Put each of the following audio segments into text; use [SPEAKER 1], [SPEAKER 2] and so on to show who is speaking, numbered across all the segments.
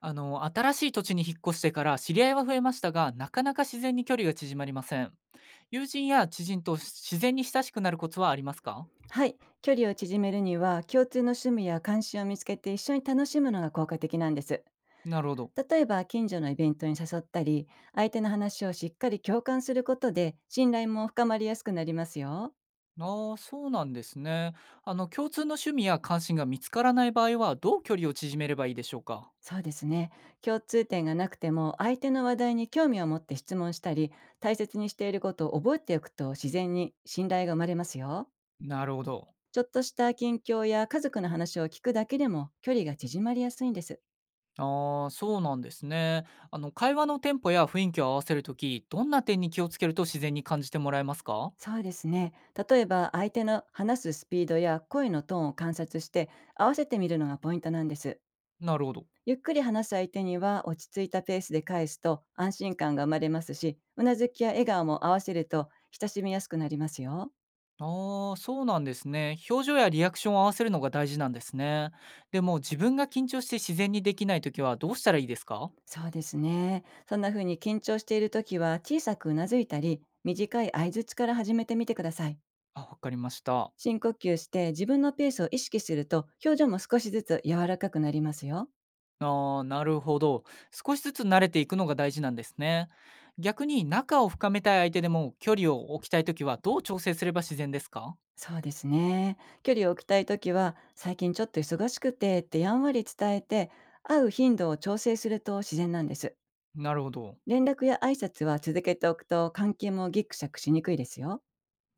[SPEAKER 1] 新しい土地に引っ越してから知り合いは増えましたが、なかなか自然に距離が縮まりません。友人や知人と自然に親しくなるコツはありますか？
[SPEAKER 2] はい、距離を縮めるには共通の趣味や関心を見つけて一緒に楽しむのが効果的なんです。
[SPEAKER 1] なるほど。
[SPEAKER 2] 例えば近所のイベントに誘ったり、相手の話をしっかり共感することで信頼も深まりやすくなりますよ。
[SPEAKER 1] ああ、そうなんですね。共通の趣味や関心が見つからない場合は、どう距離を縮めればいいでしょうか？
[SPEAKER 2] そうですね、共通点がなくても相手の話題に興味を持って質問したり、大切にしていることを覚えておくと自然に信頼が生まれますよ。
[SPEAKER 1] なるほど。
[SPEAKER 2] ちょっとした近況や家族の話を聞くだけでも距離が縮まりやすいんです。
[SPEAKER 1] ああ、そうなんですね。会話のテンポや雰囲気を合わせるとき、どんな点に気をつけると自然に感じてもらえますか？
[SPEAKER 2] そうですね。例えば相手の話すスピードや声のトーンを観察して、合わせてみるのがポイントなんです。
[SPEAKER 1] なるほど。
[SPEAKER 2] ゆっくり話す相手には落ち着いたペースで返すと安心感が生まれますし、うなずきや笑顔も合わせると親しみやすくなりますよ。
[SPEAKER 1] ああ、そうなんですね。表情やリアクションを合わせるのが大事なんですね。でも自分が緊張して自然にできないときはどうしたらいいですか？
[SPEAKER 2] そうですね。そんな風に緊張している時は、小さくうなずいたり、短い相槌から始めてみてください。
[SPEAKER 1] あ、わかりました。
[SPEAKER 2] 深呼吸して自分のペースを意識すると、表情も少しずつ柔らかくなりますよ。
[SPEAKER 1] ああ、なるほど。少しずつ慣れていくのが大事なんですね。逆に仲を深めたい相手でも距離を置きたいときはどう調整すれば自然ですか？
[SPEAKER 2] そうですね。距離を置きたいときは、最近ちょっと忙しくてってやんわり伝えて、会う頻度を調整すると自然なんです。
[SPEAKER 1] なるほど。
[SPEAKER 2] 連絡や挨拶は続けておくと、関係もギクシャクしにくいですよ。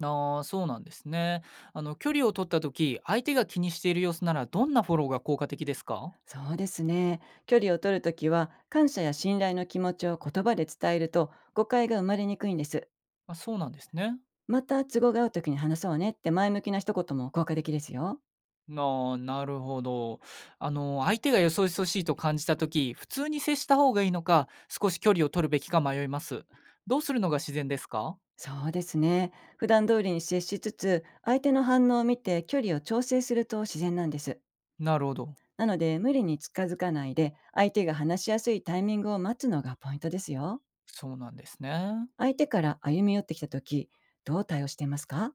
[SPEAKER 1] ああ、そうなんですね。距離を取ったとき、相手が気にしている様子ならどんなフォローが効果的ですか？
[SPEAKER 2] そうですね。距離を取るときは、感謝や信頼の気持ちを言葉で伝えると誤解が生まれにくいんです。
[SPEAKER 1] あ、そうなんですね。
[SPEAKER 2] また都合が合うときに話そうねって前向きな一言も効果的ですよ。
[SPEAKER 1] なるほど。相手がよそよそしいと感じた時、普通に接した方がいいのか、少し距離を取るべきか迷います。どうするのが自然ですか？
[SPEAKER 2] そうですね。普段通りに接しつつ、相手の反応を見て距離を調整すると自然なんです。
[SPEAKER 1] なるほど。
[SPEAKER 2] なので、無理に近づかないで、相手が話しやすいタイミングを待つのがポイントですよ。
[SPEAKER 1] そうなんですね。
[SPEAKER 2] 相手から歩み寄ってきたとき、どう対応していますか？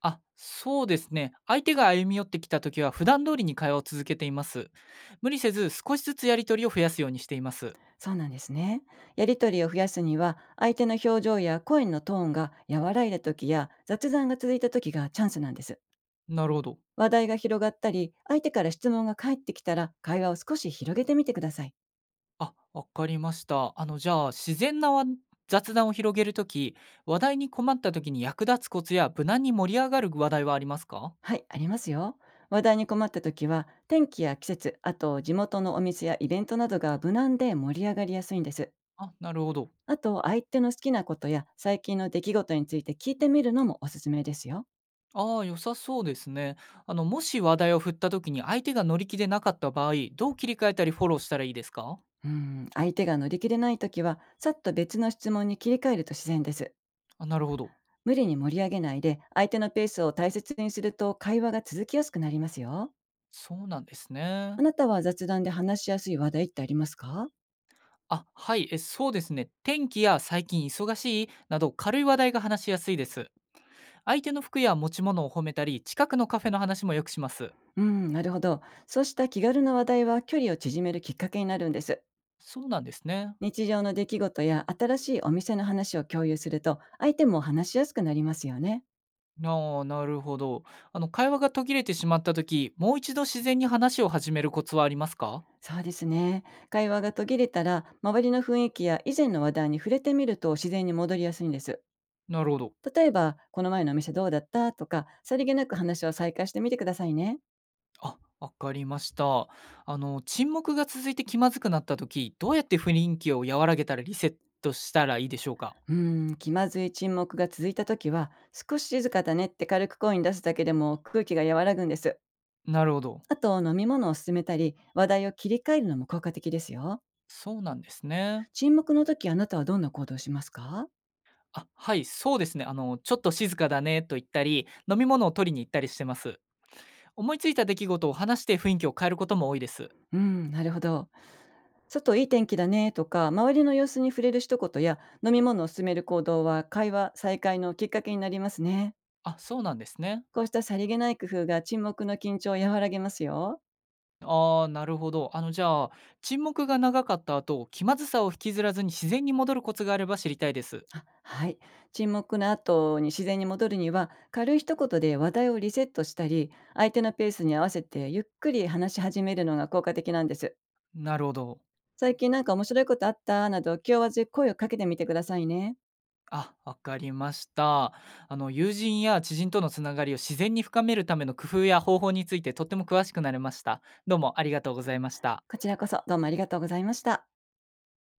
[SPEAKER 1] あ、そうですね。相手が歩み寄ってきた時は、普段通りに会話を続けています。無理せず、少しずつやり取りを増やすようにしています。
[SPEAKER 2] そうなんですね。やりとりを増やすには、相手の表情や声のトーンが和らいだときや、雑談が続いたときがチャンスなんです。
[SPEAKER 1] なるほど。
[SPEAKER 2] 話題が広がったり、相手から質問が返ってきたら、会話を少し広げてみてください。
[SPEAKER 1] あ、わかりました。あの、じゃあ、自然なわ雑談を広げるとき、話題に困ったときに役立つコツや無難に盛り上がる話題はありますか？
[SPEAKER 2] はい、ありますよ。話題に困ったときは、天気や季節、あと地元のお店やイベントなどが無難で盛り上がりやすいんです。
[SPEAKER 1] あ、なるほど。
[SPEAKER 2] あと、相手の好きなことや最近の出来事について聞いてみるのもおすすめですよ。
[SPEAKER 1] ああ、良さそうですね。もし話題を振った時に相手が乗り気でなかった場合、どう切り替えたりフォローしたらいいですか？
[SPEAKER 2] うん、相手が乗り切れないときは、さっと別の質問に切り替えると自然です。
[SPEAKER 1] あ、なるほど。
[SPEAKER 2] 無理に盛り上げないで、相手のペースを大切にすると会話が続きやすくなりますよ。
[SPEAKER 1] そうなんですね。
[SPEAKER 2] あなたは雑談で話しやすい話題ってありますか？
[SPEAKER 1] あ、はい、そうですね。天気や最近忙しいなど軽い話題が話しやすいです。相手の服や持ち物を褒めたり、近くのカフェの話もよくします。
[SPEAKER 2] うん、なるほど。そうした気軽な話題は距離を縮めるきっかけになるんです。
[SPEAKER 1] そうなんですね。
[SPEAKER 2] 日常の出来事や新しいお店の話を共有すると、相手も話しやすくなりますよね。
[SPEAKER 1] ああ、なるほど。会話が途切れてしまった時、もう一度自然に話を始めるコツはありますか？
[SPEAKER 2] そうですね。会話が途切れたら、周りの雰囲気や以前の話題に触れてみると自然に戻りやすいんです。
[SPEAKER 1] なるほど。
[SPEAKER 2] 例えば、この前のお店どうだったとか、さりげなく話を再開してみてくださいね。
[SPEAKER 1] あ、わかりました。沈黙が続いて気まずくなった時、どうやって雰囲気を和らげたらリセットしたらいいでしょうか？
[SPEAKER 2] 気まずい沈黙が続いた時は、少し静かだねって軽く声に出すだけでも空気が和らぐんです。
[SPEAKER 1] なるほど。
[SPEAKER 2] あと、飲み物を勧めたり、話題を切り替えるのも効果的ですよ。
[SPEAKER 1] そうなんですね。
[SPEAKER 2] 沈黙の時、あなたはどんな行動をしますか？
[SPEAKER 1] あ、はい、そうですね。ちょっと静かだねと言ったり、飲み物を取りに行ったりしてます。思いついた出来事を話して雰囲気を変えることも多いです。
[SPEAKER 2] うん、なるほど。外いい天気だねとか、周りの様子に触れる一言や、飲み物を勧める行動は会話再開のきっかけになりますね。
[SPEAKER 1] あ、そうなんですね。
[SPEAKER 2] こうしたさりげない工夫が沈黙の緊張を和らげますよ。
[SPEAKER 1] ああ、なるほど。あの、じゃあ、沈黙が長かった後、気まずさを引きずらずに自然に戻るコツがあれば知りたいです。
[SPEAKER 2] あ、はい。沈黙の後に自然に戻るには、軽い一言で話題をリセットしたり、相手のペースに合わせてゆっくり話し始めるのが効果的なんです。
[SPEAKER 1] なるほど。
[SPEAKER 2] 最近なんか面白いことあったなど、気負わず声をかけてみてくださいね。
[SPEAKER 1] あ、わかりました。友人や知人とのつながりを自然に深めるための工夫や方法についてとっても詳しくなれました。どうもありがとうございました。
[SPEAKER 2] こちらこそどうもありがとうございました。